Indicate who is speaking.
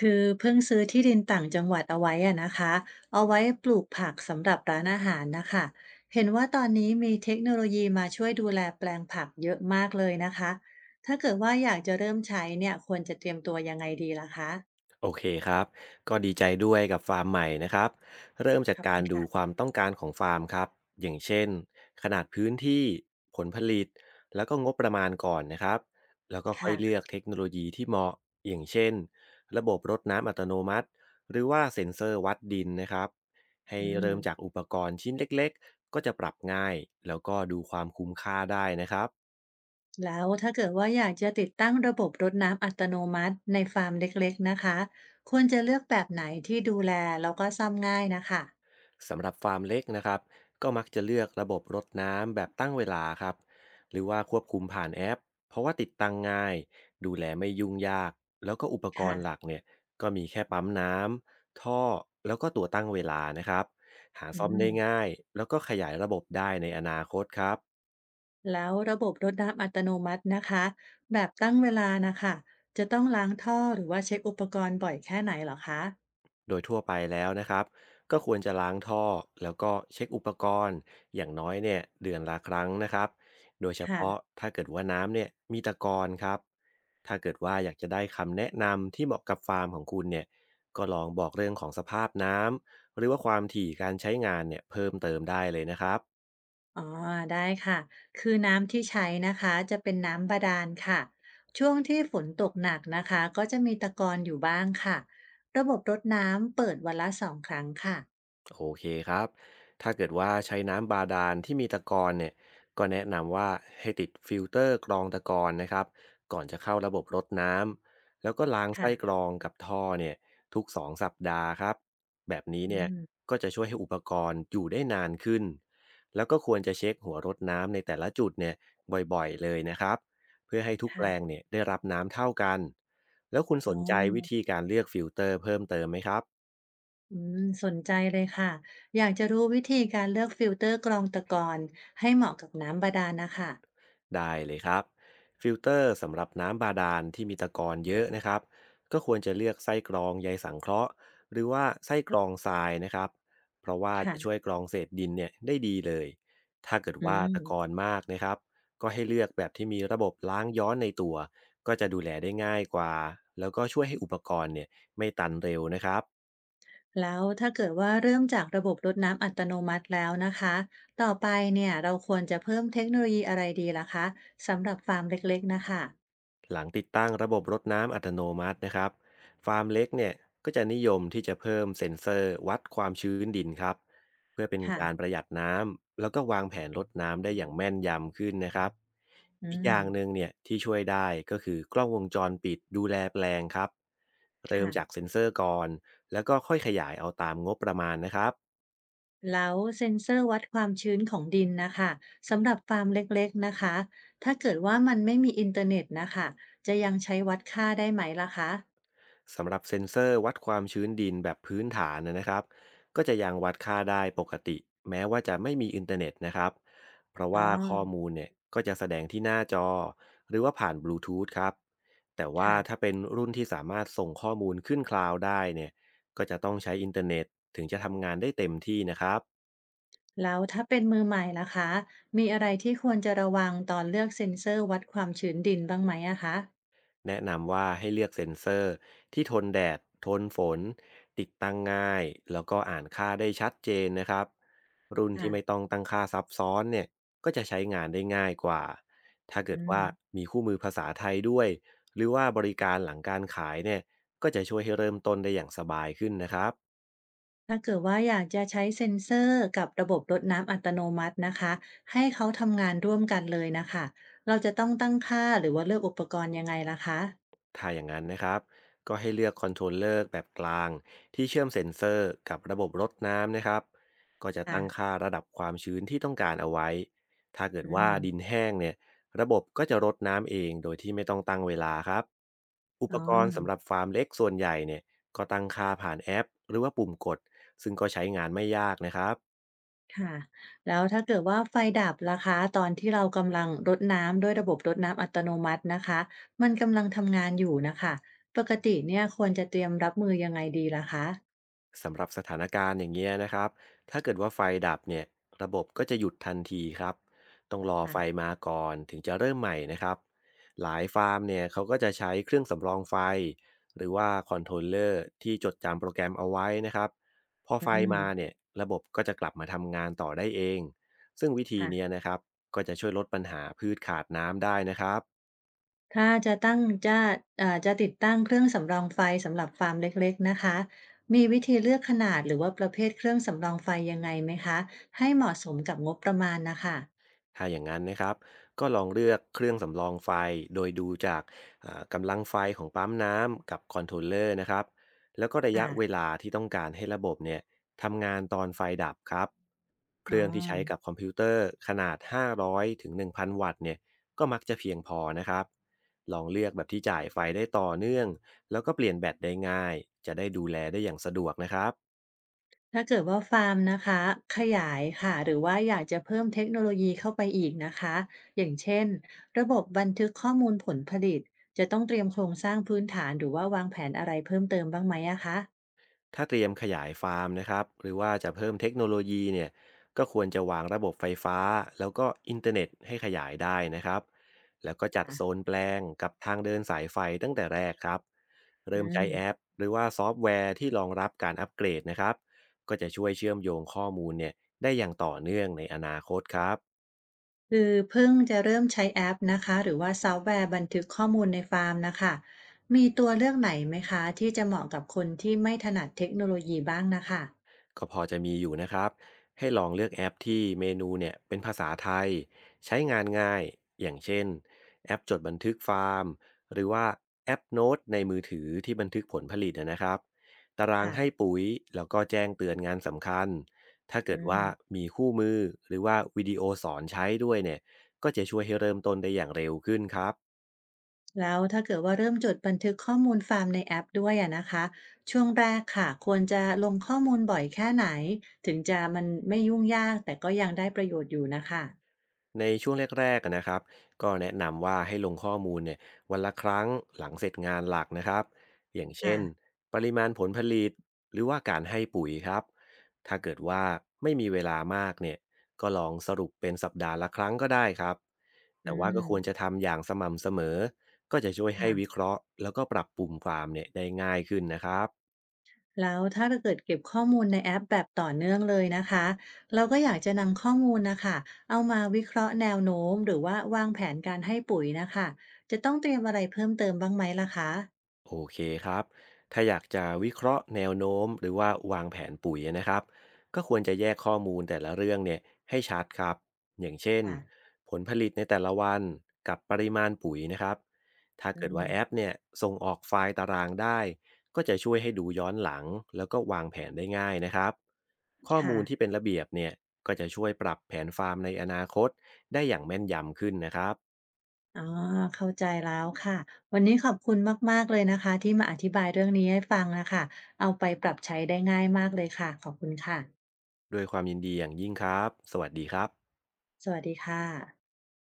Speaker 1: คือเพิ่งซื้อที่ดินต่างจังหวัดเอาไว้อะนะคะเอาไว้ปลูกผักสำหรับร้านอาหารนะคะเห็นว่าตอนนี้มีเทคโนโลยีมาช่วยดูแลแปลงผักเยอะมากเลยนะคะถ้าเกิดว่าอยากจะเริ่มใช้เนี่ยควรจะเตรียมตัวยังไงดีล่ะคะ
Speaker 2: โอเคครับก็ดีใจด้วยกับฟาร์มใหม่นะครับ เริ่มจาก
Speaker 1: ขอบ
Speaker 2: กา
Speaker 1: คุ
Speaker 2: ร
Speaker 1: ณ
Speaker 2: ดู
Speaker 1: ค่ะ
Speaker 2: ความต้องการของฟาร์มครับอย่างเช่นขนาดพื้นที่ ผลผลิต แล้วก็งบประมาณก่อนนะครับแล้วก็ค่อยเลือ
Speaker 1: ค่ะ
Speaker 2: กเทคโนโลยีที่เหมาะอย่างเช่น ระบบรดน้ำอัตโนมัติหรือว่าเซ็นเซอร์วัดดินนะครับให้
Speaker 1: อืม
Speaker 2: เริ่มจากอุปกรณ์ชิ้นเล็กๆก็จะปรับง่าย แล้วก็ดูความคุ้มค่าได้นะครับ
Speaker 1: แล้วถ้าเกิดว่าอยากจะติดตั้งระบบรดน้ำอัตโนมัติในฟาร์มเล็กๆนะคะควรจะเลือกแบบไหนที่ดูแลแล้วก็ซ่อมง่ายนะคะ
Speaker 2: สำหรับฟาร์มเล็กนะครับก็มักจะเลือกระบบรดน้ำแบบตั้งเวลาครับหรือว่าควบคุมผ่านแอปเพราะว่าติดตั้งง่ายดูแลไม่ยุ่งยากแล้วก็อุปกร
Speaker 1: ค่ะ
Speaker 2: ณ์หลักเนี่ยก็มีแค่ปั๊มน้ำท่อแล้วก็ตัวตั้งเวลานะครับหา
Speaker 1: อื
Speaker 2: ซ่อม
Speaker 1: ม
Speaker 2: ได้ง่ายแล้วก็ขยายระบบได้ในอนาคตครับ
Speaker 1: แล้วระบบรดน้ำอัตโนมัตินะคะแบบตั้งเวลานะคะจะต้องล้างท่อหรือว่าเช็คอุปกรณ์บ่อยแค่ไหนเหรอคะ
Speaker 2: โดยทั่วไปแล้วนะครับก็ควรจะล้างท่อแล้วก็เช็คอุปกรณ์อย่างน้อยเนี่ยเดือนละครั้งนะครับโดยเฉ
Speaker 1: ค่ะ
Speaker 2: พาะถ้าเกิดว่าน้ำเนี่ยมีตะกอนครับถ้าเกิดว่าอยากจะได้คำแนะนำที่เหมาะกับฟาร์มของคุณเนี่ยก็ลองบอกเรื่องของสภาพน้ำหรือว่าความถี่การใช้งานเนี่ยเพิ่มเติมได้เลยนะครับ
Speaker 1: อ๋อได้ค่ะ คือน้ำที่ใช้นะคะจะเป็นน้ำบาดาลค่ะช่วงที่ฝนตกหนักนะคะก็จะมีตะกอนอยู่บ้างค่ะ ระบบรดน้ำเปิดวันละสองครั้งค่ะ
Speaker 2: โอเคครับ ถ้าเกิดว่าใช้น้ำบาดาลที่มีตะกอนเนี่ยก็แนะนำว่าให้ติดฟิลเตอร์กรองตะกอนนะครับ ก่อนจะเข้าระบบรดน้ำ แล้วก็ล้างไส้
Speaker 1: ค่ะ
Speaker 2: กรองกับท่อเนี่ยทุกสองสัปดาห์ครับ แบบนี้
Speaker 1: อื
Speaker 2: เนี่ย
Speaker 1: ม
Speaker 2: ก็จะช่วยให้อุปกรณ์อยู่ได้นานขึ้นแล้วก็ควรจะเช็คหัวรดน้ำในแต่ละจุดเนี่ยบ่อยๆเลยนะครับ เพื่อให้ทุกแปลง
Speaker 1: ค่ะ
Speaker 2: เนี่ยได้รับน้ำเท่ากันแล้วคุณส
Speaker 1: อ๋อ
Speaker 2: นใจวิธีการเลือกฟิลเตอร์เพิ่มเติมไหมครับ
Speaker 1: อืมสนใจเลยค่ะ อยากจะรู้วิธีการเลือกฟิลเตอร์กรองตะกอนให้เหมาะกับน้ำบาดาลนะคะ
Speaker 2: ได้เลยครับฟิลเตอร์สำหรับน้ำบาดาลที่มีตะกอนเยอะนะครับก็ควรจะเลือกไส้กรองใยสังเคราะห์หรือว่าไส้กรองทรายนะครับเพราะว่าจะช่วย
Speaker 1: ค่ะ
Speaker 2: กรองเศษดินเนี่ยได้ดีเลยถ้าเกิด
Speaker 1: อื
Speaker 2: ว่าตะกอน
Speaker 1: ม
Speaker 2: มากนะครับก็ให้เลือกแบบที่มีระบบล้างย้อนในตัวก็จะดูแลได้ง่ายกว่าแล้วก็ช่วยให้อุปกรณ์เนี่ยไม่ตันเร็วนะครับ
Speaker 1: แล้วถ้าเกิดว่าเริ่มจากระบบรดน้ำอัตโนมัติแล้วนะคะต่อไปเนี่ยเราควรจะเพิ่มเทคโนโลยีอะไรดีล่ะคะสำหรับฟาร์มเล็กๆนะคะ
Speaker 2: หลังติดตั้งระบบรดน้ำอัตโนมัตินะครับฟาร์มเล็กเนี่ยก็จะนิยมที่จะเพิ่มเซ็นเซอร์วัดความชื้นดินครับเพื่อเป็น
Speaker 1: ค่ะ
Speaker 2: การประหยัดน้ำแล้วก็วางแผนรดน้ำได้อย่างแม่นยำขึ้นนะครับ
Speaker 1: อื
Speaker 2: อีกอย่างหนึ่ง
Speaker 1: ม
Speaker 2: เนี่ยที่ช่วยได้ก็คือกล้องวงจรปิดดูแลแปลงครับเริ่ม
Speaker 1: ค่ะ
Speaker 2: จากเซ็นเซอร์ก่อนแล้วก็ค่อยขยายเอาตามงบประมาณนะครับ
Speaker 1: แล้วเซ็นเซอร์วัดความชื้นของดินนะคะสำหรับฟาร์มเล็กๆนะคะถ้าเกิดว่ามันไม่มีอินเทอร์เน็ตนะคะจะยังใช้วัดค่าได้ไหมล่ะคะ
Speaker 2: สำหรับเซ็นเซอร์วัดความชื้นดินแบบพื้นฐานนะครับก็จะยังวัดค่าได้ปกติแม้ว่าจะไม่มีอินเทอร์เน็ตนะครับเพราะ
Speaker 1: อ๋อ
Speaker 2: ว่าข้อมูลเนี่ยก็จะแสดงที่หน้าจอหรือว่าผ่านบลูทูธครับแต่ว่า
Speaker 1: ค่ะ
Speaker 2: ถ้าเป็นรุ่นที่สามารถส่งข้อมูลขึ้นคลาวด์ได้เนี่ยก็จะต้องใช้อินเทอร์เน็ตถึงจะทำงานได้เต็มที่นะครับ
Speaker 1: แล้วถ้าเป็นมือใหม่ล่ะคะมีอะไรที่ควรจะระวังตอนเลือกเซ็นเซอร์วัดความชื้นดินบ้างไหมอะคะ
Speaker 2: แนะนำว่าให้เลือกเซ็นเซอร์ที่ทนแดดทนฝนติดตั้งง่ายแล้วก็อ่านค่าได้ชัดเจนนะครับรุ่น
Speaker 1: ค่ะ
Speaker 2: ที่ไม่ต้องตั้งค่าซับซ้อนเนี่ยก็จะใช้งานได้ง่ายกว่าถ้าเกิด
Speaker 1: อืม
Speaker 2: ว่ามีคู่มือภาษาไทยด้วยหรือว่าบริการหลังการขายเนี่ยก็จะช่วยให้เริ่มต้นได้อย่างสบายขึ้นนะครับ
Speaker 1: ถ้าเกิดว่าอยากจะใช้เซ็นเซอร์กับระบบรดน้ำอัตโนมัตินะคะ ให้เขาทำงานร่วมกันเลยนะคะเราจะต้องตั้งค่าหรือว่าเลือกอุปกรณ์ยังไงล่ะคะ
Speaker 2: ถ้าอย่างนั้นนะครับ ก็ให้เลือกคอนโทรลเลอร์แบบกลางที่เชื่อมเซ็นเซอร์กับระบบรดน้ำนะครับ ก็จะ
Speaker 1: ค่ะ
Speaker 2: ตั้งค่าระดับความชื้นที่ต้องการเอาไว้ ถ้าเกิด
Speaker 1: อื
Speaker 2: ว่า
Speaker 1: ม
Speaker 2: ดินแห้งเนี่ยระบบก็จะรดน้ำเองโดยที่ไม่ต้องตั้งเวลาครับ อุป
Speaker 1: อ๋อ
Speaker 2: กรณ์สำหรับฟาร์มเล็กส่วนใหญ่เนี่ยก็ตั้งค่าผ่านแอปหรือว่าปุ่มกดซึ่งก็ใช้งานไม่ยากนะครับ
Speaker 1: ค่ะแล้วถ้าเกิดว่าไฟดับล่ะคะตอนที่เรากำลังรดน้ำด้วยระบบรดน้ำอัตโนมัตินะคะ มันกำลังทำงานอยู่นะคะ ปกติเนี่ยควรจะเตรียมรับมือยังไงดีล่ะคะ
Speaker 2: สำหรับสถานการณ์อย่างเงี้ยนะครับ ถ้าเกิดว่าไฟดับเนี่ยระบบก็จะหยุดทันทีครับ ต้องรอไฟ
Speaker 1: ค่ะ
Speaker 2: มาก่อนถึงจะเริ่มใหม่นะครับ หลายฟาร์มเนี่ยเขาก็จะใช้เครื่องสำรองไฟหรือว่าคอนโทรลเลอร์ที่จดจำโปรแกรมเอาไว้นะครับพอ
Speaker 1: อื
Speaker 2: ไฟ
Speaker 1: ม
Speaker 2: มาเนี่ยระบบก็จะกลับมาทำงานต่อได้เองซึ่งวิธี
Speaker 1: ค่ะ
Speaker 2: เนี้ยนะครับก็จะช่วยลดปัญหาพืชขาดน้ำได้นะครับ
Speaker 1: ถ้าจะตั้งจะเอ่าจะติดตั้งเครื่องสำรองไฟสำหรับฟาร์มเล็กๆนะคะมีวิธีเลือกขนาดหรือว่าประเภทเครื่องสำรองไฟยังไงไหมคะให้เหมาะสมกับงบประมาณนะคะ
Speaker 2: ถ้าอย่างนั้นนะครับก็ลองเลือกเครื่องสำรองไฟโดยดูจากกำลังไฟของปั๊มน้ำกับคอนโทรลเลอร์นะครับแล้วก็ระยะ
Speaker 1: ค่ะ
Speaker 2: เวลาที่ต้องการให้ระบบเนี่ยทำงานตอนไฟดับครับ เค
Speaker 1: อ๋อ
Speaker 2: รื่องที่ใช้กับคอมพิวเตอร์ขนาด500ถึง1,000วัตต์เนี่ยก็มักจะเพียงพอนะครับลองเลือกแบบที่จ่ายไฟได้ต่อเนื่อง แล้วก็เปลี่ยนแบตได้ง่าย จะได้ดูแลได้อย่างสะดวกนะครับ
Speaker 1: ถ้าเกิดว่าฟาร์มนะคะขยายค่ะหรือว่าอยากจะเพิ่มเทคโนโลยีเข้าไปอีกนะคะอย่างเช่นระบบบันทึกข้อมูลผลผลิตจะต้องเตรียมโครงสร้างพื้นฐานหรือว่าวางแผนอะไรเพิ่มเติมบ้างไหมอะคะ
Speaker 2: ถ้าเตรียมขยายฟาร์มนะครับหรือว่าจะเพิ่มเทคโนโลยีเนี่ยก็ควรจะวางระบบไฟฟ้าแล้วก็อินเทอร์เน็ตให้ขยายได้นะครับแล้วก็จัดโซ
Speaker 1: ค่ะ
Speaker 2: นแปลงกับทางเดินสายไฟตั้งแต่แรกครับ
Speaker 1: อื
Speaker 2: เริ่มใช้
Speaker 1: ม
Speaker 2: แอปหรือว่าซอฟต์แวร์ที่รองรับการอัปเกรดนะครับก็จะช่วยเชื่อมโยงข้อมูลเนี่ยได้อย่างต่อเนื่องในอนาคตครับ
Speaker 1: คือเพิ่งจะเริ่มใช้แอปนะคะหรือว่าซอฟต์แวร์บันทึกข้อมูลในฟาร์มนะคะมีตัวเลือกไหนไหมคะที่จะเหมาะกับคนที่ไม่ถนัดเทคโนโลยีบ้างนะคะ
Speaker 2: ก็พอจะมีอยู่นะครับ ให้ลองเลือกแอปที่เมนูเนี่ยเป็นภาษาไทยใช้งานง่าย อย่างเช่นแอปจดบันทึกฟาร์มหรือว่าแอปโน้ตในมือถือที่บันทึกผลผลิตนะครับตารางให้
Speaker 1: ค่ะ
Speaker 2: ปุ๋ยแล้วก็แจ้งเตือนงานสำคัญ ถ้าเกิ
Speaker 1: อื
Speaker 2: ดว่า
Speaker 1: ม
Speaker 2: มีคู่มือหรือว่าวิดีโอสอนใช้ด้วยเนี่ยก็จะช่วยให้เริ่มต้นได้อย่างเร็วขึ้นครับ
Speaker 1: แล้วถ้าเกิดว่าเริ่มจดบันทึกข้อมูลฟาร์มในแอปด้วยอะนะคะช่วงแรกค่ะควรจะลงข้อมูลบ่อยแค่ไหนถึงจะมันไม่ยุ่งยากแต่ก็ยังได้ประโยชน์อยู่นะคะ
Speaker 2: ในช่วงแรกๆอะนะครับก็แนะนำว่าให้ลงข้อมูลเนี่ยวันละครั้งหลังเสร็จงานหลักนะครับอย่างเช่
Speaker 1: ค่ะ
Speaker 2: นปริมาณผลผลิตหรือว่าการให้ปุ๋ยครับถ้าเกิดว่าไม่มีเวลามากเนี่ยก็ลองสรุปเป็นสัปดาห์ละครั้งก็ได้ครับ
Speaker 1: อื
Speaker 2: แต่ว่าก็
Speaker 1: ม
Speaker 2: ควรจะทำอย่างสม่ำเสมอก็จะช่วยให้
Speaker 1: ค่ะ
Speaker 2: วิเคราะห์แล้วก็ปรับปรุงฟาร์มเนี่ยได้ง่ายขึ้นนะครับ
Speaker 1: แล้วถ้าเกิดเก็บข้อมูลในแอปแบบต่อเนื่องเลยนะคะเราก็อยากจะนำข้อมูลนะคะเอามาวิเคราะห์แนวโน้มหรือว่าวางแผนการให้ปุ๋ยนะคะจะต้องเตรียมอะไรเพิ่มเติมบ้างไหมล่ะคะ
Speaker 2: โอเคครับถ้าอยากจะวิเคราะห์แนวโน้มหรือว่าวางแผนปุ๋ยนะครับก็ควรจะแยกข้อมูลแต่ละเรื่องเนี่ยให้ชัดครับอย่างเช่น
Speaker 1: ค่ะ
Speaker 2: ผลผลิตในแต่ละวันกับปริมาณปุ๋ยนะครับถ้า
Speaker 1: อื
Speaker 2: เกิดว่า
Speaker 1: ม
Speaker 2: แอปเนี่ยส่งออกไฟล์ตารางได้ก็จะช่วยให้ดูย้อนหลังแล้วก็วางแผนได้ง่ายนะครับข้อ
Speaker 1: ค่ะ
Speaker 2: มูลที่เป็นระเบียบเนี่ยก็จะช่วยปรับแผนฟาร์มในอนาคตได้อย่างแม่นยำขึ้นนะครับ
Speaker 1: อ๋อเข้าใจแล้วค่ะวันนี้ขอบคุณมากๆเลยนะคะที่มาอธิบายเรื่องนี้ให้ฟังนะคะเอาไปปรับใช้ได้ง่ายมากเลยค่ะขอบคุณค่ะ
Speaker 2: ด้วยความยินดีอย่างยิ่งครับสวัสดีครับ
Speaker 1: สวัสดีค่ะ